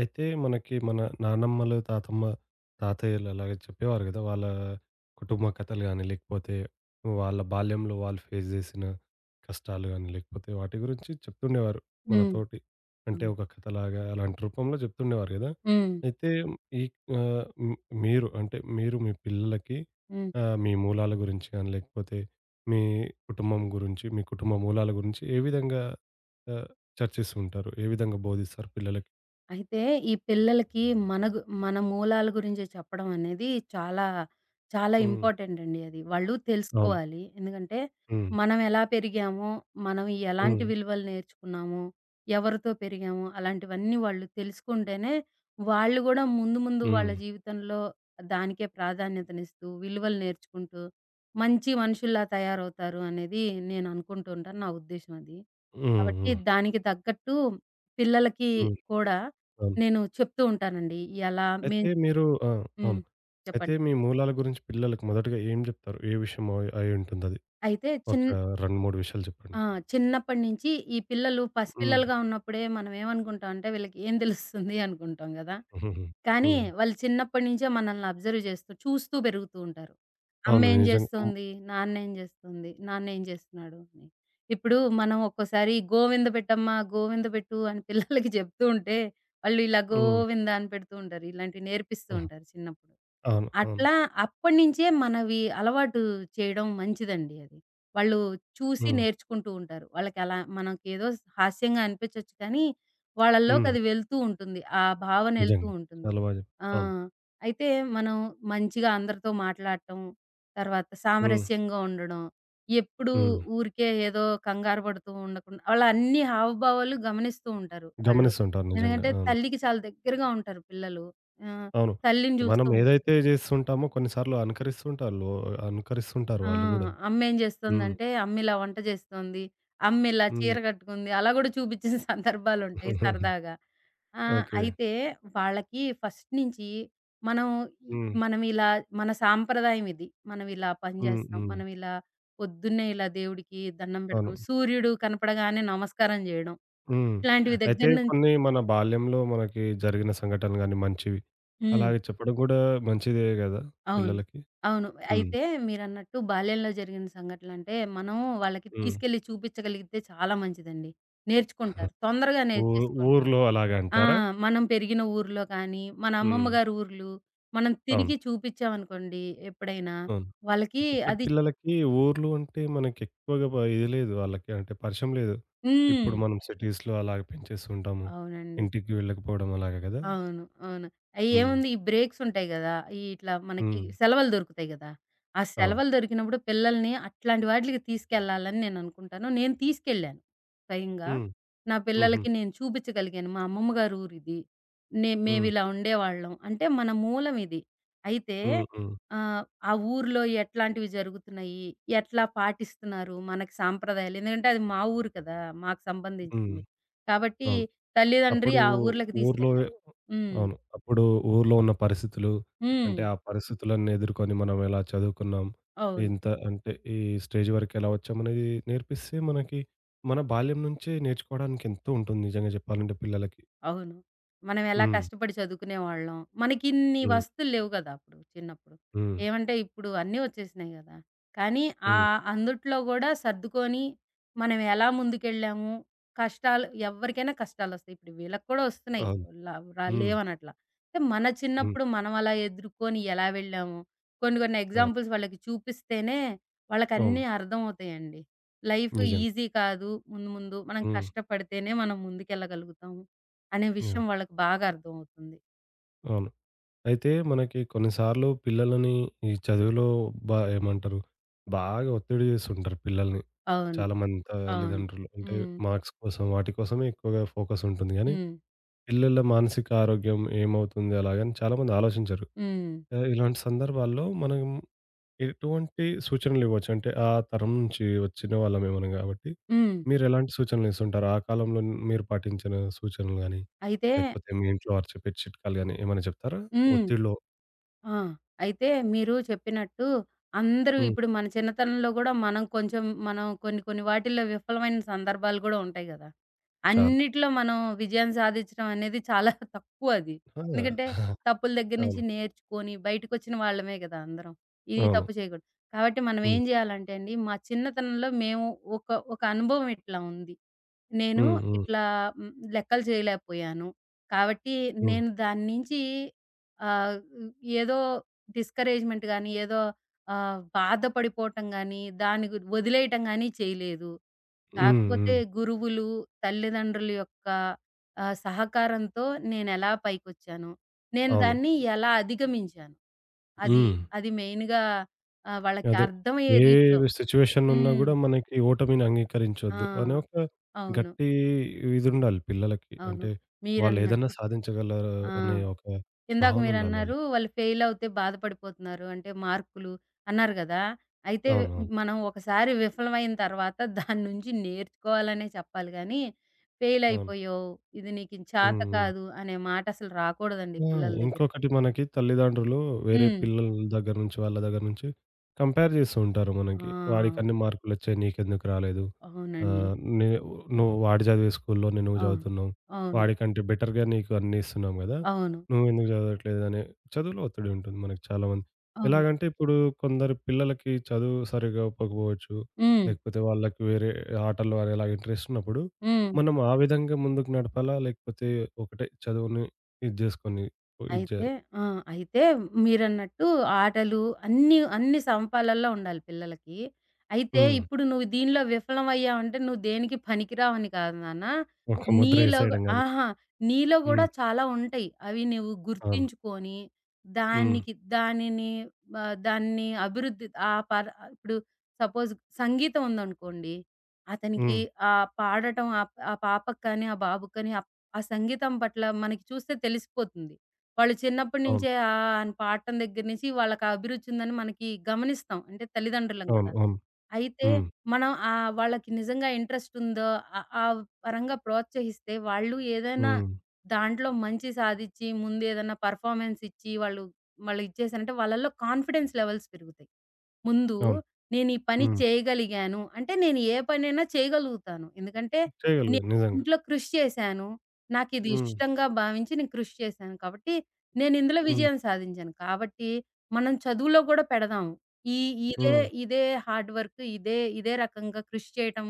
అయితే మనకి మన నానమ్మలు, తాతమ్మ, తాతయ్యలు అలాగే చెప్పేవారు గదా! వాళ్ళ కుటుంబ కథలు గాని, లేకపోతే వాళ్ళ బాల్యంలో వాళ్ళు ఫేస్ జేసిన కష్టాలు గాని, లేకపోతే వాటి గురించి చెప్తుండేవారు హ్మ్. మనతోటి. అంటే అవును. ఒక కథలాగా అలాంటి రూపంలో జెప్తుండేవారు గదా! హ్మ్. అయితే ఈ ఆహ్, హ్మ్, మీరు మీ పిల్లలకి హ్మ్. మీ మూలాల గురించి గాని, లేకపోతే మీ కుటుంబం గురించి, మీ కుటుంబ మూలాల గురించి ఏ విధంగా ఆహ్, చర్చిస్తూ ఉంటారు? ఏ విధంగా బోధిస్తారు పిల్లలకి? అయితే ఈ పిల్లలకి మన గు మన మూలాల గురించి చెప్పడం అనేది చాలా, చాలా హ్మ్. ఇంపార్టెంట్ అండి అది. వాళ్ళు అవును. తెలుసుకోవాలి. ఎందుకంటే హ్మ్. మనం ఎలా పెరిగామో, మనం ఎలాంటి హ్మ్. విలువలు నేర్చుకున్నామో, ఎవరితో పెరిగామో అలాంటివన్నీ వాళ్ళు తెలుసుకుంటేనే వాళ్ళు గూడా ముందు, ముందు వాళ్ళ హ్మ్. జీవితంలో దానికే ప్రాధాన్యతనిస్తూ, విలువలు నేర్చుకుంటూ మంచి మనుషుల్లా తయారవుతారు అనేది నేను అనుకుంటూ ఉంటాను. నా ఉద్దేశ్యం అది. హ్మ్. కాబట్టి హ్మ్. దానికి తగ్గట్టు పిల్లలకి హ్మ్. కూడా అవును. నేను చెప్తూ ఉంటానండి. ఎలా మేం అయితే మీరు ఆ! హ్మ్. అవును. అయితే చెప్పండి. మీ మూలాల గురించి పిల్లలకి మొదటగా ఏం జెప్తారు? ఏ విషయం అయి అయుంటుందది? అయితే ఒక చిన్ 2, 3 విషయాలు చెప్పండి. ఆ! చిన్నప్పటి నుంచి ఈ పిల్లలు హ్మ్. పసిపిల్లలుగా ఉన్నప్పుడే మనం ఏమనుకుంటాం అంటే వీళ్ళకి ఏం తెలుస్తుంది అనుకుంటాం గదా! హుహుహు. కానీ హ్మ్. వాళ్ళు చిన్నప్పటి నుంచే మనల్ని అబ్జర్వ్ చేస్తూ, చూస్తూ పెరుగుతూ ఉంటారు. అవును. అమ్మేం నిజంగా. హ్మ్. జేస్తోంది? నాన్నేం జేస్తుంది? నాన్నేం జేస్తున్నాడు? అని. ఇప్పుడు మనం ఒక్కోసారి గోవింద పెట్టమ్మా, గోవింద పెట్టు అని పిల్లలకి చెప్తూ ఉంటే, వాళ్ళు ఇలా హ్మ్. గోవింద అని పెడుతూ ఉంటారు. ఇలాంటివి నేర్పిస్తూ ఆహా! ఉంటారు చిన్నప్పుడు. అవును. అవును. అట్లా అప్పటినుంచే మనవి అలవాటు చేయడం మంచిదండి అది. వాళ్ళు చూసి హ్మ్. నేర్చుకుంటూ ఉంటారు. వాళ్ళకలా మనకేదో హాస్యంగా అనిపించొచ్చు కానీ, హ్మ్. వాళ్ళలోకది వెళ్తూ ఉంటుంది. ఆ భావన ఎళ్తూ నిజంగా. ఉంటుంది. చాలా బా జెప్ ఆ! అవును. అయితే మనం మంచిగా అందరితో మాట్లాడటం, తర్వాత హ్మ్. సామరస్యంగా ఉండడం, ఎప్పుడూ హ్మ్. ఊరికే ఏదో కంగారు పడుతూ ఉండకుండా వాళ్ళ అన్ని హావభావాలు గమనిస్తూ ఉంటారు వాళ్ళు. గమనిస్తుంటారు నిజంగా. ఎందుకంటే, అవును. తల్లికి చాలా దగ్గరగా ఉంటారు పిల్లలు. ఆ! అవును. తల్లిని చూస్తూ మనం ఉంటారు. ఏదైతే జేస్తుంటామో కొన్నిసార్లు అనుకరిస్తుంటారు ఆ! వాళ్ళు గూడా. అమ్మేం హ్మ్. జేస్తుందంటే, అమ్మిలా వంట జేస్తోంది, అమ్మిలా హ్మ్. చీర కట్టుకుంది. అలా గూడా చూపిచ్చిన సందర్భాలుంటాయి సరదాగా. ఓకే. అయితే వాళ్ళకి ఫస్ట్ నించి మనం ఇ హ్మ్. మనమిలా మన సాంప్రదాయం ఇది. మనమిలా పని హ్మ్. జేస్తాం. హ్మ్. మనమిలా పొద్దున్నే ఇలా దేవుడికి దండం అవును. బెడతాం. సూర్యుడు కనపడగానే నమస్కారం జేయడం. హ్మ్. ఇట్లాంటివి అయితే దగ్గర నుంచి కొన్ని మన బాల్యంలో మనకి జరిగిన సంఘటనలు గాని మంచివి, హ్మ్. అలాగే చెప్పడం కూడా మంచిదే గదా! అవును. పిల్లలకి. అవును. హ్మ్. అయితే మీరన్నట్టు బాల్యంలో జరిగిన సంఘటనలంటే, మనం వాళ్ళకి హ్మ్. తీసుకెళ్ళి చూపిచ్చగలిగితే చాలా మంచిదండి. నేర్చుకుంటారు. తొందరగా ఊ నేర్చేసుకుంటారు. ఊర్లో అలాగ ఆ! అంటారా? మనం పెరిగిన ఊర్లో కానీ, మన అమ్మమ్మ హ్మ్. గారి ఊర్లు, మనం అవును. తిరిగి చూపిచ్చామనుకోండి ఎప్పుడైనా, అవును. వాళ్ళకి ఇప్పటి అది పిల్లలకి ఊర్లు అంటే మనకెక్కువగా ఇది లేదు వాళ్ళకి అంటే పరిచయం లేదు. హ్మ్. ఇప్పుడు మనం సిటీస్‌లో అలాగ పెంచేస్తూ ఉంటాము. అవునండి. ఇంటికి వెళ్ళకపోవడం అలాగ గదా! అవును. అవును. హ్మ్. అయ్యేముంది ఈ బ్రేక్స్ ఉంటాయి గదా! ఈ ఇట్లా మనకి హ్మ్. సెలవులు దొరుకుతాయి గదా! ఆ అవును. సెలవులు దొరికినప్పుడు పిల్లల్ని అట్లాంటి వాటిలకి తీసుకెళ్ళాలని నేననుకుంటాను. నేను తీసుకెళ్ళాను స్వయంగా. హ్మ్. నా హుహు. పిల్లలకి నేను చూపించగలిగాను. మా అమ్మమ్మ గారి ఊరిది. హ్మ్. మేమిలా ఉండేవాళ్ళం. అంటే మన మూలం ఇది. అయితే హ్మ్. హ్మ్. ఆహ్, ఆ ఊర్లో ఎట్లాంటివి జరుగుతున్నాయి? ఎట్లా పాటిస్తున్నారు? మనకి సాంప్రదాయాలు ఎందుకంటే అది మా ఊరు కదా! మాకు హ్మ్. సంబంధించింది. కాబట్టి అవును. తల్లిదండ్రి అప్పుడు ఆ ఊర్లకి ఊర్లో తీసుకెళ్ళాలి. హ్మ్. అవును. అప్పుడు ఊర్లో ఉన్న పరిస్థితులు, హ్మ్. అంటే ఆ పరిస్థితులను ఎదుర్కొని మనం ఎలా చదువుకున్నాం, అవును. ఇంత అంటే ఈ స్టేజ్ వరకు ఎలా వచ్చామనేది నేర్పిస్తే మనకి మన బాల్యం నుంచే నేర్చుకోవడానికి ఎంతో ఉంటుంది నిజంగా చెప్పాలంటే పిల్లలకి. అవును. మనమెలా హ్మ్. కష్టపడి చదువుకునేవాళ్ళం. మనకిన్ని హ్మ్. వసతులు లేవు గదా! అప్పుడు చిన్నప్పుడు. హ్మ్. ఏమంటే ఇప్పుడు అన్నీ వచ్చేసినాయి గదా! కానీ హ్మ్. అందుట్లో గూడా సర్దుకొని మనం ఎలా ముందుకెళ్ళాము, కష్టాలు ఎవ్వరికైనా కష్టాలొస్తాయి. ఇప్పుడు వీళ్ళకి కూడా వస్తున్నాయి. అవును. ల రా హ్మ్. లేవనట్లా. అంటే మన హ్మ్. చిన్నప్పుడు మనం అలా ఎదుర్కొని ఎలా వెళ్ళాము, కొన్ని కొన్ని అవును. ఎగ్జాంపుల్స్ వాళ్ళకి చూపిస్తేనే అవును. వాళ్ళకన్నీ అర్థమవుతాయండి. లైఫ్ నిజంగా. ఈజీ కాదు. ముందు ముందు మనం హ్మ్. కష్టపడితేనే మనం ముందుకెళ్ళగలుగుతాము. అనే విషయం యాహ్! వాళ్ళకి బాగా అర్థమవుతుంది. అవును. అయితే మనకి కొన్నిసార్లు పిల్లలని ఈ చదువులో బా ఏమంటారు బాగా ఒత్తిడి చేస్తుంటారు పిల్లల్ని. అవును. చాలా మంది అవును. తల్లిదండ్రులు అంటే హ్మ్. మార్క్స్ కోసం వాటి కోసమే ఎక్కువగా ఫోకస్ ఉంటుంది కానీ హ్మ్. పిల్లల మానసిక ఆరోగ్యం ఏమవుతుంది అలాగని చాలా మంది ఆలోచించరు. హ్మ్. ఇలాంటి సందర్భాల్లో మనం ఎటువంటి సూచనలు ఇవ్వచ్చు అంటే ఆ తరం నుంచి వచ్చిన వాళ్ళమే మనం కాబట్టి హ్మ్. మీరు ఎలాంటి సూచనలు ఇస్తుంటారు ఆ కాలంలో మీరు పాటించిన సూచనలు కానీ అయితే లేకపోతే మీ ఇంట్లో వారు చెప్పే చిట్కాలు కానీ ఏమైనా చెప్తారా హ్మ్. ఒత్తిడిలో? ఆ! అయితే మీరు చెప్పినట్టు అందరూ ఉమ్, ఇప్పుడు మన చిన్నతనంలో గూడా మనం కొంచెం మనం కొన్ని కొన్ని వాటిల్లో విఫలమైన సందర్భాలు గూడా ఉంటాయి గదా! చాలు అన్నిట్లో మనం విజయం సాధించడం అనేది చాలా తక్కువ అది. ఆ, ఎందుకంటే తప్పుల దగ్గర నుంచి అవును నేర్చుకొని బయటకొచ్చిన వాళ్ళమే గదా! అందరం. ఇది అవును. తప్పు చేయకూడదు. కాబట్టి మనం ఉమ్, ఏం జేయాలంటే అండి మా చిన్నతనంలో మేము ఒక ఒక అనుభవం ఇట్లా ఉంది. నేను ఉమ్, ఉమ్, ఇట్లా లెక్కలు చేయలేకపోయాను. కాబట్టి ఉమ్, నేను దాని నుంచి ఆహ్, ఏదో డిస్కరేజ్‌మెంట్ గాని, ఏదో బాధపడిపోవటం గాని, దాని గు వదిలేయటం గాని చేయలేదు. ఉమ్, కాకపోతే ఉమ్, గురువులు, తల్లిదండ్రుల యొక్క సహకారంతో నేనెలా పైకొచ్చాను. నేను అవును. దాన్ని ఎలా అధిగమించాను. అది, ఉమ్. అది మెయిన్‌గా వాళ్ళకి అదే. అర్థమయ్యే ఏ రీతిలో. సిట్యుయేషన్ ఉన్నా హ్మ్. గూడా మనకి ఓటమిని ఆ! అంగీకరించొద్దు అనే ఒక అవును. గట్టి ఇదుండాలి పిల్లలకి. అవును. అంటే వాళ్ళేదన్నా మీరన్నట్టు. సాధించగలరు ఆ! అనే ఒక ఇందాక భావనుండాలి మీరన్నారు, వాళ్ళకి. వాళ్ళు ఫెయిలవుతే బాధపడిపోతున్నారు. అంటే మార్కులు అన్నారు గదా! అయితే అవునవును. మనం ఒకసారి విఫలమైన తర్వాత దాని నుంచి నేర్చుకోవాలనే చెప్పాలి గానీ, అవును. ఫెయిలయిపోయావు, ఇది నీకు చేత హ్మ్. హ్మ్. కాదు అనే మాట అసలు రాకూడదండి ఆ! పిల్లల దగ్గర. ఇంకొకటి మనకి తల్లిదండ్రులు వేరే హ్మ్. పిల్లల దగ్గర నుంచి, వాళ్ళ దగ్గర నుంచి కంపేర్ చేస్తూ ఉంటారు మనకి. ఆ! వాడికన్ని మార్కులొచ్చాయి నీకెందుకు రాలేదు? అవునండి. ఆహ్, నే నువ్వు వాడు చదివే స్కూల్లోనే నువ్వు అవును. చదువుతున్నావు. అవును. వాడికంటే బెటర్‌గా నీకు అన్నీ ఇస్తున్నాం గదా! అవును. నువ్వెందుకు చదవట్లేదనే చదువులో ఒత్తిడి ఉంటుంది మనకి చాలామంది. అవును. ఎలాగంటే ఇప్పుడు కొందరు పిల్లలకి చదువు సరిగ్గా ఒప్పకపోవచ్చు. హ్మ్. లేకపోతే వాళ్ళకి వేరే ఆటల్లో గాని అలాగ ఇంట్రెస్ట్ ఉన్నప్పుడు హ్మ్. మనం ఆ విధంగా ముందుకు నడపాలా? లేకపోతే ఒకటే చదువుని ఇది చేసుకొని ఇది అయితే చేయాలి. ఆ! అయితే మీరన్నట్టు ఆటలు అన్నీ, అన్ని సమపాలల్లో ఉండాలి పిల్లలకి. అయితే హ్మ్. ఇప్పుడు నువ్వు దీనిలో విఫలమయ్యావంటే నువ్వు దేనికి పనికిరావని కాదు నాన్న. ఒక ముద్ర నీలో గు ఏసేయడం గాదు. అహా! నీలో గూడా హ్మ్. చాలా ఉంటాయి. అవి నువ్వు అవును. గుర్తించుకొని హ్మ్. దానికి దానిని దాన్ని అభివృద్ధి ఆ పర్ ఇప్పుడు సపోజ్ సంగీతం ఉందనుకోండి. అతనికి హ్మ్. ఆహ్, పాడటం ఆ ఆ పాపకి కానీ, ఆ బాబుకి కానీ ఆ ఆ సంగీతం పట్ల మనకి చూస్తే తెలిసిపోతుంది. వాళ్ళు చిన్నప్పటి అవును. నుంచే ఆ! అని పాడటం దగ్గర నుంచి వాళ్ళకి ఆ అభిరుచి ఉందని మనకి గమనిస్తాం. అంటే తల్లిదండ్రులం అవును. గదా! అవును. అయితే హ్మ్. మనం వాళ్ళకి నిజంగా ఇంట్రెస్ట్ ఉందో ఆ ఆ పరంగా ప్రోత్సహిస్తే వాళ్ళు ఏదైనా హ్మ్. దాంట్లో మంచి సాధిచ్చి ముందేదన్నా పెర్ఫార్మన్స్ ఇచ్చి వాళ్ళు వాళ్ళు ఇచ్చేసారంటే వాళ్ళలో కాన్ఫిడెన్స్ లెవెల్స్ పెరుగుతాయి. ముందు అవును. నేను ఈ పని హ్మ్. చేయగలిగాను. అంటే నేను ఏ పనైనా చేయగలుగుతాను. ఎందుకంటే నేను చేయగలిగాను నిజంగా. ఇంట్లో కృషి చేశాను. నాకిది హ్మ్. ఇష్టంగా భావించి నేను కృషి చేశాను కాబట్టి నేనిందులో హ్మ్. విజయం సాధించాను. కాబట్టి మనం చదువులో గూడా పెడదాం. ఈ ఇదే, హ్మ్. ఇదే హార్డ్ వర్క్ ఇదే రకంగా కృషి చేయటం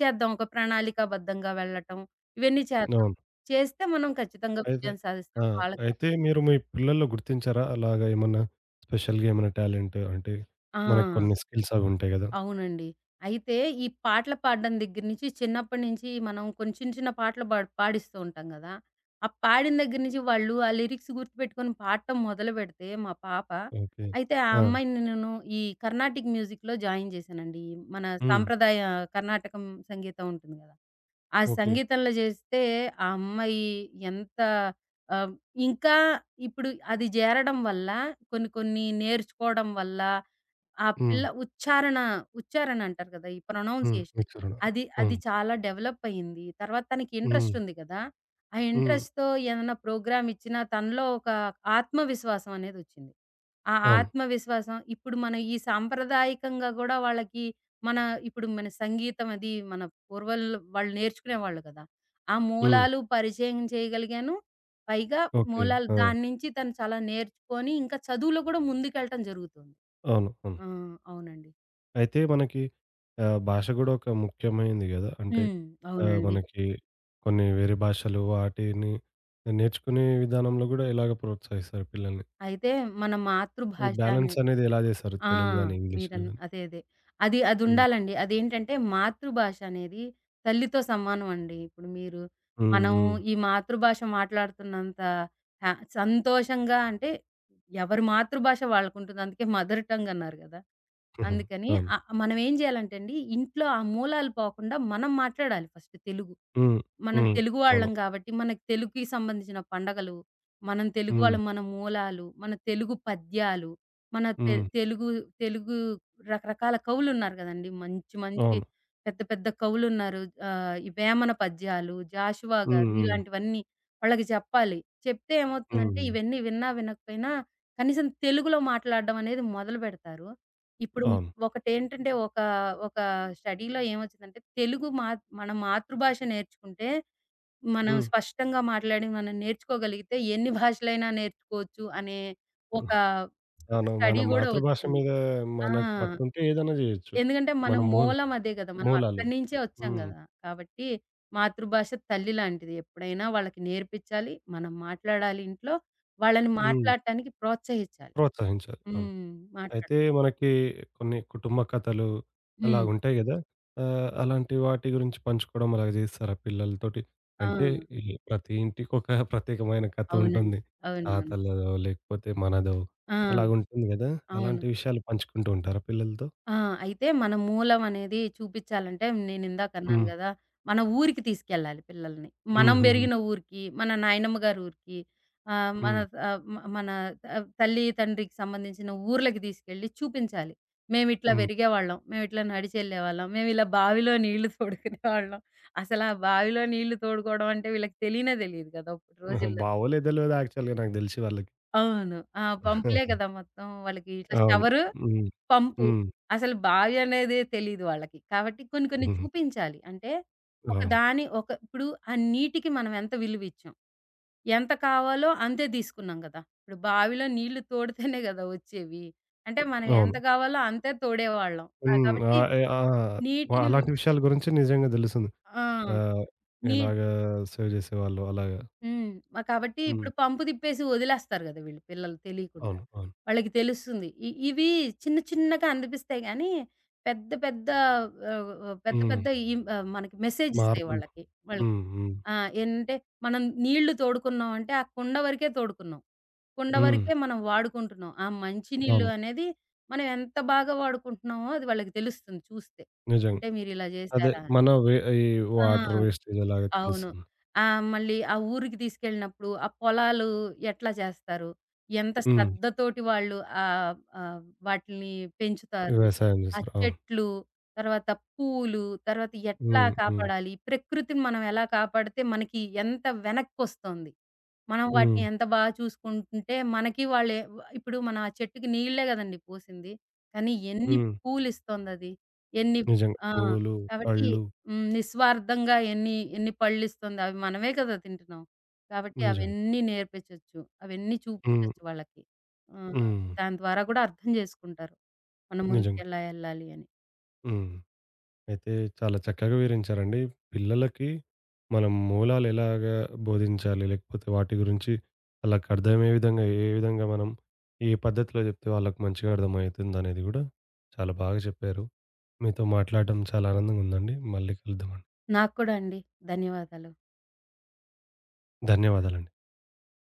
చేద్దాం. ఒక ప్రణాళికాబద్ధంగా వెళ్ళటం ఇవన్నీ చేద్దాం. అవును. చేస్తే మనం ఖచ్చితంగా అయితే విజయం సాధిస్తాం. ఆ! వాళ్ళకి అయితే మీరు మీ పిల్లల్లో గుర్తించారా? అలాగా ఏమన్నా స్పెషల్‌గా ఏమన్నా టాలెంట్ అంటే ఆ! మనకు కొన్ని స్కిల్స్ అవి ఉంటాయి గదా! అవునండి. అయితే ఈ పాటలు పాడడం దగ్గర నుంచి చిన్నప్పటి నుంచి మనం కొన్ని చిన్న చిన్న పాటలు పాడిస్తూ ఉంటాం గదా! ఆ పాడిన దగ్గర నుంచి వాళ్ళు ఆ లిరిక్స్ గుర్తుపెట్టుకొని పాడటం మొదలుపెడితే మా పాప, ఓకే. అయితే ఆ ఆ! అమ్మాయిని నేను ఈ కర్ణాటిక్ మ్యూజిక్‌లో జాయిన్ జేశానండి. మన హ్మ్. సాంప్రదాయ కర్ణాటకం సంగీతం ఉంటుంది గదా! ఆ ఓకే. సంగీతంలో జేస్తే ఆ అమ్మాయి ఎంత ఆహ్, ఇంకా ఇప్పుడు అది జేరడం వల్ల కొన్ని కొన్ని నేర్చుకోవడం వల్ల ఆ హ్మ్. పిల్ల ఉచ్చారణ, ఉచ్చారణ అంటారు గదా! ఈ హ్మ్. Pronunciation mixer. అవును. అది అది హ్మ్. చాలా డెవలప్ అయింది. తర్వాత తనకి ఇంట్రెస్ట్ హ్మ్. ఉంది గదా! ఆ హ్మ్. ఇంట్రెస్ట్‌తో ఏదైనా ప్రోగ్రామ్ ఇచ్చినా తనలో ఒక ఆత్మవిశ్వాసం అనేదొచ్చింది. ఆ అవును. ఆత్మవిశ్వాసం ఇప్పుడు మనం ఈ సాంప్రదాయకంగా గూడా వాళ్ళకి మన ఇప్పుడు మన సంగీతం అది మన పూర్వలు వాళ్ళు నేర్చుకునేవాళ్ళు కదా! ఆ హ్మ్. మూలాలు పరిచయం చేయగలిగాను. పైగా ఓకే. మూలాలు ఆ! దాని నుంచి తను చాలా నేర్చుకొని ఇంకా చదువులో కూడా ముందుకెళ్ళటం జరుగుతుంది. అవును. అవును. ఆ! అవునండి. అయితే మనకి భాష గూడా ఒక ముఖ్యమైంది గదా! అంటే హ్మ్. అవునండి. మనకి కొన్ని వేరే భాషలు వాటిని నేర్చుకునే విధానంలో గూడా ఎలాగ ప్రోత్సహిస్తారు పిల్లల్ని? అయితే మన ఈ మాతృభాష బ్యాలెన్స్ అనేది అనేది ఎలా జేస్తారు? ఆ! తెలుగు గాని, ఇంగ్లీష్‌లో మీరన్ గాని? అదే. అది హ్మ్. అదుండాలండి. అదేంటంటే మాతృభాష అనేది తల్లితో సమానం అండి. ఇప్పుడు మీరు హ్మ్. మనం హ్మ్. ఈ మాతృభాష మాట్లాడుతున్నంత హ్యా సంతోషంగా అంటే ఎవరి మాతృభాష వాళ్ళకుంటుంది. అందుకే మదర్ టంగ్ అన్నారు గదా! హుహు. అందుకని అవును. మనం ఏం జేయాలంటే అండి, ఇంట్లో ఆ మూలాలు పోకుండా మనం మాట్లాడాలి ఫస్ట్ తెలుగు. హ్మ్. మనం హ్మ్. తెలుగు వాళ్ళం అవును. గాబట్టి, మనకు తెలుగుకి సంబంధించిన పండగలు, మనం తెలుగు హ్మ్. వాళ్ళం మన మూలాలు, మన తెలుగు పద్యాలు మన తె హ్మ్. తెలుగు తెలుగు రకరకాల కవులున్నారు గదండీ. మంచి మంచి అవును. పెద్ద పెద్ద కవులున్నారు. ఈ వేమన పద్యాలు, జాషువా హ్మ్. గారు హ్మ్. ఇలాంటివన్నీ వాళ్ళకి చెప్పాలి. చెప్తే ఏమవుతుందంటే హ్మ్. ఇవన్నీ విన్నా వినకపోయినా కనీసం తెలుగులో మాట్లాడడం అనేది మొదలుపెడతారు. ఇప్పుడు హ్మ్. అవును. ఒకటేంటంటే ఒక ఒక స్టడీ‌లో ఏమొచ్చిందంటే తెలుగు మా మన మాతృభాష నేర్చుకుంటే మనం హ్మ్. స్పష్టంగా మాట్లాడి మనం నేర్చుకోగలిగితే ఎన్ని భాషలైనా నేర్చుకోవచ్చు అనే ఒక, అవును. మన స్టడీ గూడా మాతృభాష ఒచ్చింది. మీద ఆ! మనకు పట్టుంటే ఏదైనా జేయొచ్చు. ఎందుకంటే మన మన మూల్ మూలం అదే గదా! మనం మూలాలు. అక్కడి నించే ఒచ్చాం హ్మ్. గదా! కాబట్టి మాతృభాష తల్లి లాంటిది. ఎప్పుడైనా వాళ్ళకి నేర్పిచ్చాలి. మనం మాట్లాడాలి ఇంట్లో. వాళ్ళని హ్మ్. మాట్లాడటానికి ప్రోత్సహించాలి. ప్రోత్సహించాలి. అవును. హ్మ్. మాట్లాడ అయితే మనకి కొన్ని కుటుంబ కథలు హ్మ్. అలాగుంటాయి అవును. గదా! అలాంటి వాటి గురించి పంచుకోవడం అలాగ జేస్తారా పిల్లలతోటి? ఆ! అంటే ఈ ప్రతి ఇంటికొక ప్రత్యేకమైన కథ అవునండి. ఉంటుంది. అవునవును. తాతలదో లేకపోతే మనదో ఆ! అలాగుంటుంది గదా! అవును. అలాంటి విషయాలు పంచుకుంటూ ఉంటారా పిల్లలతో? ఆ! అయితే మన మూలం అనేది చూపిచ్చాలంటే నేనిందాక అన్నాను హ్మ్. గదా! మన ఊరికి తీసుకెళ్ళాలి పిల్లల్ని. హ్మ్. మనం హుహు. బెరిగిన ఊరికి, మన నాయనమ్మ గారి ఊరికి, ఆహ్, మన హ్మ్. ఆహ్, మ మన ఆహ్, తల్లి, తండ్రికి సంబంధించిన ఊర్లకి తీసుకెళ్ళి చూపించాలి. మేమిట్లా హ్మ్. పెరిగేవాళ్ళం. మేమిట్లా నడిచెళ్ళేవాళ్ళం. మేమిలా బావిలో నీళ్లు తోడుకునేవాళ్ళం. అసలా బావిలో నీళ్లు తోడుకోవడం అంటే వీళ్ళకి తెలియనే తెలీదు గదా! అప్పటి ఆహా! రోజుల్లో. బావోలేదో తెలవదు యాక్చువల్‌గా నాకు దెలిసి వాళ్ళకి. అవును. ఆ! పంపులే గదా! మొత్తం వాళ్ళకి ఇట్లా అవును. షవరు, హ్మ్. పంపు. హ్మ్. అసలు బావి అనేదే తెలీదు వాళ్ళకి. కాబట్టి కొన్ని కొన్ని హుహు. చూపించాలి. అంటే అవును. ఒకదాని ఒక ఇప్పుడు ఆ నీటికి మనం ఎంత విలువిచ్చాం. ఎంత కావాలో అంతే తీసుకున్నాం గదా! ఇప్పుడు బావిలో నీళ్లు తోడితేనే గదా! వచ్చేవి. అంటే మనం అవును. ఎంత గావాలో అంతే తోడేవాళ్ళం. ఆ! హ్మ్. కాబట్టి ఆహ్, ఏ ఆ! నీటిని అలాంటి విషయాల గురించి నిజంగా దెలుస్తుంది. ఆ! ఆ! నీ ఎలాగా సేవ్ జేసేవాళ్ళు అలాగా. హ్మ్. కాబట్టి ఇప్పుడు హ్మ్. పంపు తిప్పేసి వదిలేస్తారు గదా! వీళ్ళు పిల్లలు తెలియకుండా. అవును. అవును. వాళ్ళకి తెలుస్తుంది. ఇవి చిన్న చిన్నగా అనిపిస్తాయి గానీ, పెద్ద పెద్ద ఆహ్, ఆహ్, పెద్ద హ్మ్. పెద్ద ఈ మనకి మెసేజ్ ఇస్తాయి మార్పులు. వాళ్ళకి. వాళ్ళకి. హ్మ్. హ్మ్. ఆ! ఏంటంటే మనం నీళ్లు తోడుకున్నాం అంటే ఆ కుండ వరకే తోడుకున్నాం. కుండ హ్మ్. వరకే మనం వాడుకుంటున్నాం. ఆ మంచి నీళ్ళు అవును. అనేది మనం ఎంత బాగా వాడుకుంటున్నామో అది వాళ్ళకి తెలుస్తుంది చూస్తే. నిజంగా. అంటే మీరిలా అదే జేశారా మన వే ఈ ఆ! వాటర్ వేస్టేజ్ ఎలాగో అవును. తెలుస్తుంది. ఆ! మళ్ళీ ఆ ఊరికి తీసుకెళ్ళినప్పుడు, ఆ పొలాలు ఎట్లా చేస్తారు? ఎంత హ్మ్. శ్రద్ధతోటి వాళ్ళు ఆహ్, ఆహ్, వాటిల్ని పెంచుతారు. వ్యవసాయం ఆ జేస్తారు. అవును. చెట్లు, తర్వాత పూలు, తర్వాత ఎట్లా హ్మ్. హ్మ్. కాపాడాలి? ప్రకృతిని మనం ఎలా కాపాడితే మనకి ఎంత వెనక్కొస్తుంది. మనం వాటిని హ్మ్. ఎంత బాగా చూసుకుంటుంటే, మనకి వాళ్ళే వ ఇప్పుడు మనం ఆ చెట్టుకి నీళ్ళే గదండీ పోసింది. కానీ ఎన్ని హ్మ్. పూలిస్తోందది. ఎన్ని నిజంగా. ఆ! పూలు, కాబట్టి పళ్ళు హ్మ్. నిస్వార్థంగా ఎన్ని, ఎన్ని పళ్ళిస్తుంది అవి మనమే కదా తింటున్నాం. కాబట్టి నిజంగా. అవన్నీ నేర్పించొచ్చు. అవన్నీ హ్మ్. చూపించొచ్చు వాళ్ళకి. ఆహ్, హ్మ్. దాని ద్వారా కూడా అర్థం చేసుకుంటారు. మనం నిజంగా. ముందుకెలా ఎళ్ళాలి అని. హ్మ్. అయితే చాలా చక్కగా వివరించారండి. పిల్లలకి మనం మూలాలు ఎలాగా బోధించాలి? లేకపోతే వాటి గురించి వాళ్ళకి అర్థమయ్యే విధంగా ఏ విధంగా మనం ఏ పద్ధతిలో చెప్తే వాళ్ళకి మంచిగా అర్థమవుతుందనేది గూడా చాలా బాగా చెప్పారు. మీతో మాట్లాడడం చాలా ఆనందంగా ఉందండి. మళ్ళీ కలుద్దామండి. నాకు కూడా అండి. ధన్యవాదాలు. ధన్యవాదాలండి.